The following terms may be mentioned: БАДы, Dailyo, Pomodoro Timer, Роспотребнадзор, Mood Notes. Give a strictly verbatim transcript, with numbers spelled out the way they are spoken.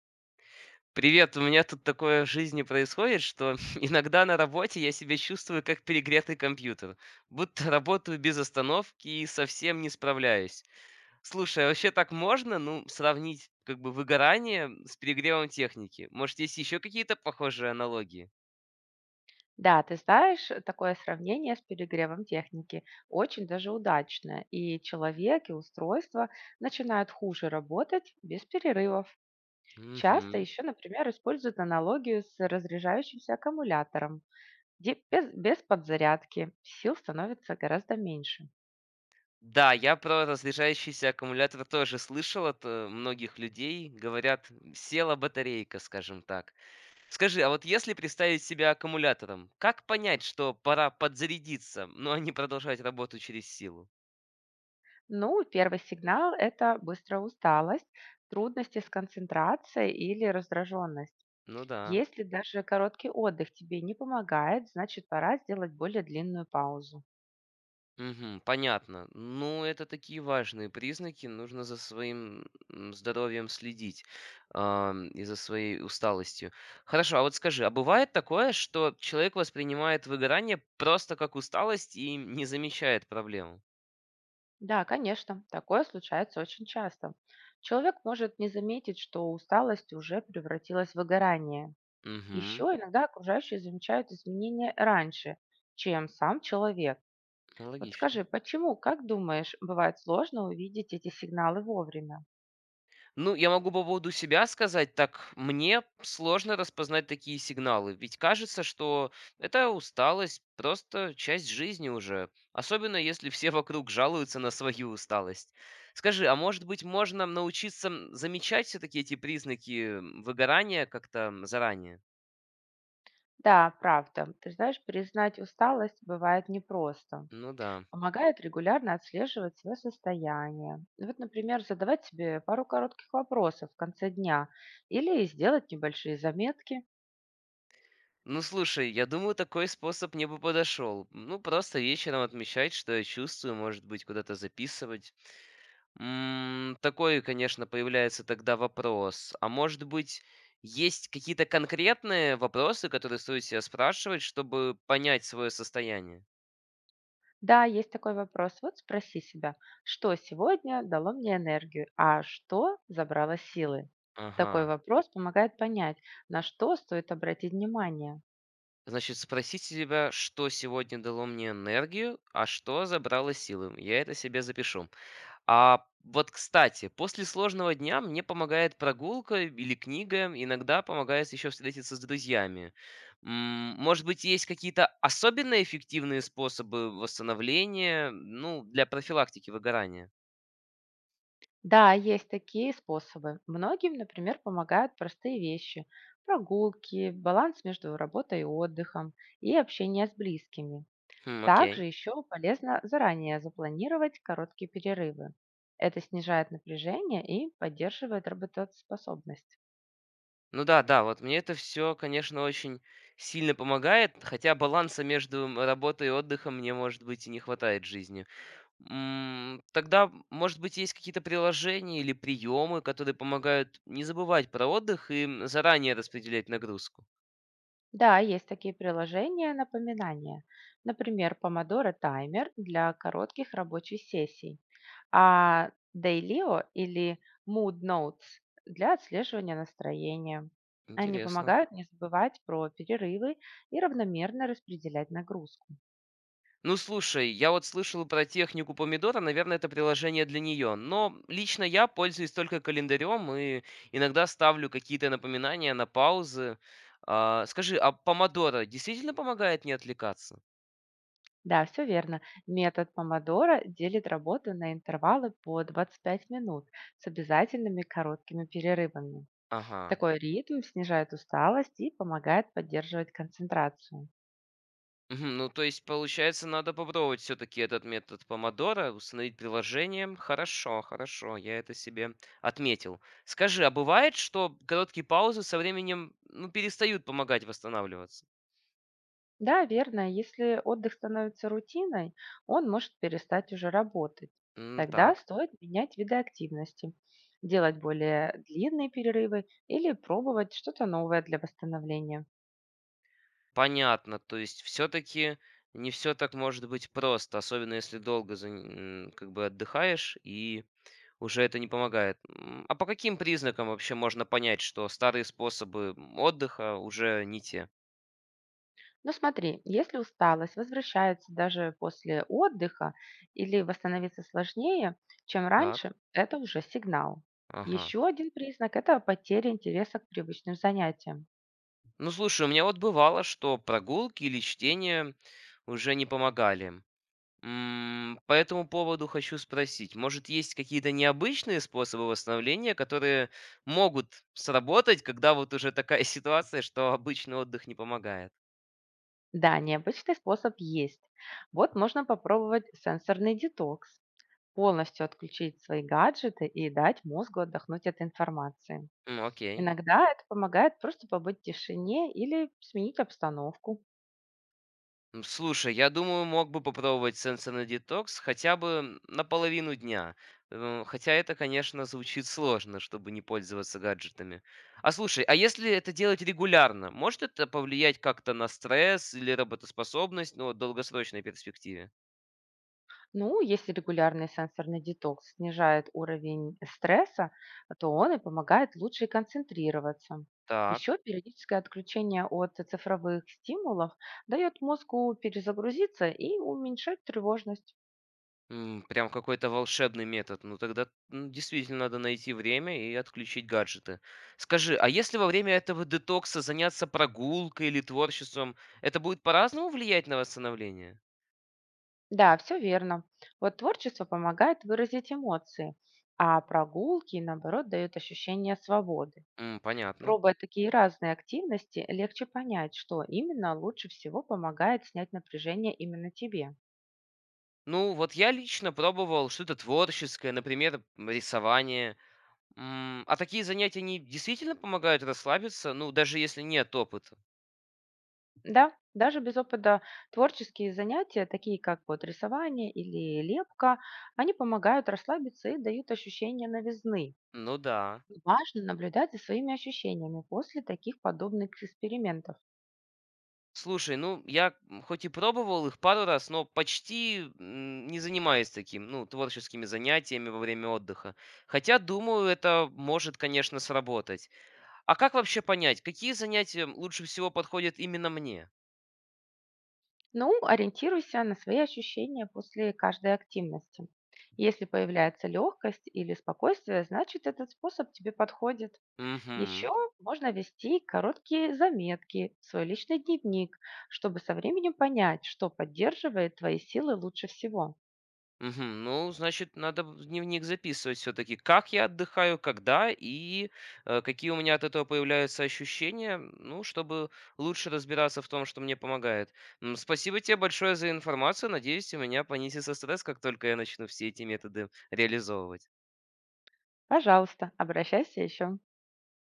Привет, у меня тут такое в жизни происходит, что иногда на работе я себя чувствую как перегретый компьютер, будто работаю без остановки и совсем не справляюсь. Слушай, а вообще так можно, ну, сравнить как бы выгорание с перегревом техники? Может, есть еще какие-то похожие аналогии? Да, ты знаешь, э, такое сравнение с перегревом техники очень даже удачное, и человек, и устройство начинают хуже работать без перерывов. Часто Угу. еще, например, используют аналогию с разряжающимся аккумулятором, где Без, без подзарядки сил становится гораздо меньше. Да, я про разряжающийся аккумулятор тоже слышал от э, многих людей. Говорят, села батарейка, скажем так. Скажи, а вот если представить себя аккумулятором, как понять, что пора подзарядиться, но не продолжать работу через силу? Ну, первый сигнал — это быстрая усталость, трудности с концентрацией или раздраженность. Ну да. Если даже короткий отдых тебе не помогает, значит пора сделать более длинную паузу. Мгм. Понятно. Ну, это такие важные признаки. Нужно за своим м, здоровьем следить ам, и за своей усталостью. Хорошо, а вот скажи, а бывает такое, что человек воспринимает выгорание просто как усталость и не замечает проблему? Да, конечно, такое случается очень часто. Человек может не заметить, что усталость уже превратилась в выгорание. Еще Угу. иногда окружающие замечают изменения раньше, чем сам человек. Вот Логично. скажи, почему, как думаешь, бывает сложно увидеть эти сигналы вовремя? Ну, я могу по поводу себя сказать, так мне сложно распознать такие сигналы, ведь кажется, что это усталость, просто часть жизни уже, особенно если все вокруг жалуются на свою усталость. Скажи, а может быть можно научиться м, замечать все-таки эти признаки выгорания как-то заранее? Да, правда. Ты знаешь, признать усталость бывает непросто. Ну да. Помогает регулярно отслеживать свое состояние. Ну вот, например, задавать себе пару коротких вопросов в конце дня или сделать небольшие заметки. Ну слушай, я думаю, такой способ мне бы подошел. Ну, просто вечером отмечать, что я чувствую, может быть, куда-то записывать. М, Такой, конечно, появляется тогда вопрос. А может быть, есть какие-то конкретные вопросы, которые стоит себя спрашивать, чтобы понять свое состояние? Да, есть такой вопрос. Вот спроси себя, что сегодня дало мне энергию, а что забрало силы? Такой Ага. вопрос помогает понять, на что стоит обратить внимание. Значит, спросить себя, что сегодня дало мне энергию, а что забрало силы. Я это себе запишу. А вот, кстати, после сложного дня мне помогает прогулка или книга, иногда помогает еще встретиться с друзьями. М, Может быть, есть какие-то особенно эффективные способы восстановления, ну, для профилактики выгорания? Да, есть такие способы. Многим, например, помогают простые вещи — прогулки, баланс между работой и отдыхом и общение с близкими. Хм, окей. Также еще полезно заранее запланировать короткие перерывы. Это снижает напряжение и поддерживает работоспособность. Ну да, да, вот мне это все, конечно, очень сильно помогает, хотя баланса между м, работой и отдыхом мне, может быть, и не хватает в жизни. М, Тогда, может быть, есть какие-то приложения или приемы, которые помогают не забывать про отдых и м, заранее распределять нагрузку. Да, есть такие приложения напоминания. Например, Pomodoro Timer для коротких рабочих сессий, а Dailyo или Mood Notes для отслеживания настроения. Они Интересно. помогают не забывать про перерывы и равномерно распределять нагрузку. Ну, слушай, я вот слышал про технику помидора, наверное, это приложение для нее, но лично я пользуюсь только календарем и иногда ставлю какие-то напоминания на паузы. А, скажи, а помодоро действительно помогает не отвлекаться? Да, все верно. Метод помодоро делит работу на интервалы по двадцать пять минут с обязательными короткими перерывами. Ага. Такой ритм снижает усталость и помогает поддерживать концентрацию. Мгм. Ну, то есть, получается, надо попробовать все-таки этот метод помодоро, установить приложением. Хорошо, хорошо, я это себе отметил. Скажи, а бывает, что короткие паузы со временем ну, перестают помогать восстанавливаться? Да, верно, если отдых становится рутиной, он может перестать уже работать. М, Тогда так, стоит менять виды активности, делать более длинные перерывы или пробовать что-то новое для восстановления. понятно. То есть, все-таки не все так может быть просто, особенно если долго за н- м, как бы отдыхаешь и уже это не помогает. М, А по каким признакам вообще можно понять, что старые способы отдыха уже не те? Ну смотри, если усталость возвращается даже после отдыха или восстановиться сложнее, чем Так, раньше, это уже сигнал. ага. Еще один признак — это потеря интереса к привычным занятиям. Ну, слушай, у меня вот бывало, что прогулки или чтение уже не помогали. М, По этому поводу хочу спросить, может, есть какие-то необычные способы восстановления, которые могут сработать, когда вот уже такая ситуация, что обычный отдых не помогает? Да, необычный способ есть. Вот можно попробовать сенсорный детокс. Полностью отключить свои гаджеты и дать мозгу отдохнуть от информации. М, Окей. Иногда это помогает просто побыть в тишине или сменить обстановку. М, Слушай, я думаю, мог бы попробовать сенсорный детокс хотя бы на половину дня. Э, Хотя это, конечно, звучит сложно, чтобы не пользоваться гаджетами. А слушай, а если это делать регулярно, может это повлиять как-то на стресс или работоспособность, но в долгосрочной перспективе? Ну, если регулярный сенсорный детокс снижает уровень стресса, то он и помогает лучше концентрироваться. Так. Еще периодическое отключение от цифровых стимулов дает мозгу перезагрузиться и уменьшать тревожность. М, прям какой-то волшебный метод. Ну тогда, м, действительно надо найти время и отключить гаджеты. Скажи, а если во время этого детокса заняться прогулкой или творчеством, это будет по-разному влиять на восстановление? Да, все верно. Вот творчество помогает выразить эмоции, а прогулки, наоборот, дают ощущение свободы. М, понятно. Пробуя такие разные активности, легче понять, что именно лучше всего помогает снять напряжение именно тебе. Ну, вот я лично пробовал что-то творческое, например, м, рисование. М, а такие занятия, они действительно помогают расслабиться, ну, даже если нет опыта? Да, даже без опыта творческие занятия, такие как вот рисование или лепка, они помогают расслабиться и дают ощущение новизны. Ну да. Важно наблюдать за своими ощущениями после таких подобных экспериментов. Слушай, ну, я, хоть и пробовал их пару раз, но почти, м, не занимаюсь таким, ну, творческими занятиями во время отдыха. Хотя, думаю, это может, конечно, сработать. А как вообще понять, какие занятия лучше всего подходят именно мне? Ну, ориентируйся на свои ощущения после каждой активности. Если появляется легкость или спокойствие, значит этот способ тебе подходит. Еще Мгм. можно вести короткие заметки в свой личный дневник, чтобы со временем понять, что поддерживает твои силы лучше всего. Мгм. Ну, значит, надо в дневник записывать все-таки, как я отдыхаю, когда и э, какие у меня от этого появляются ощущения, ну, чтобы лучше разбираться в том, что мне помогает. М, Спасибо тебе большое за информацию. Надеюсь, у меня понизится стресс, как только я начну все эти методы реализовывать. Пожалуйста, обращайся еще.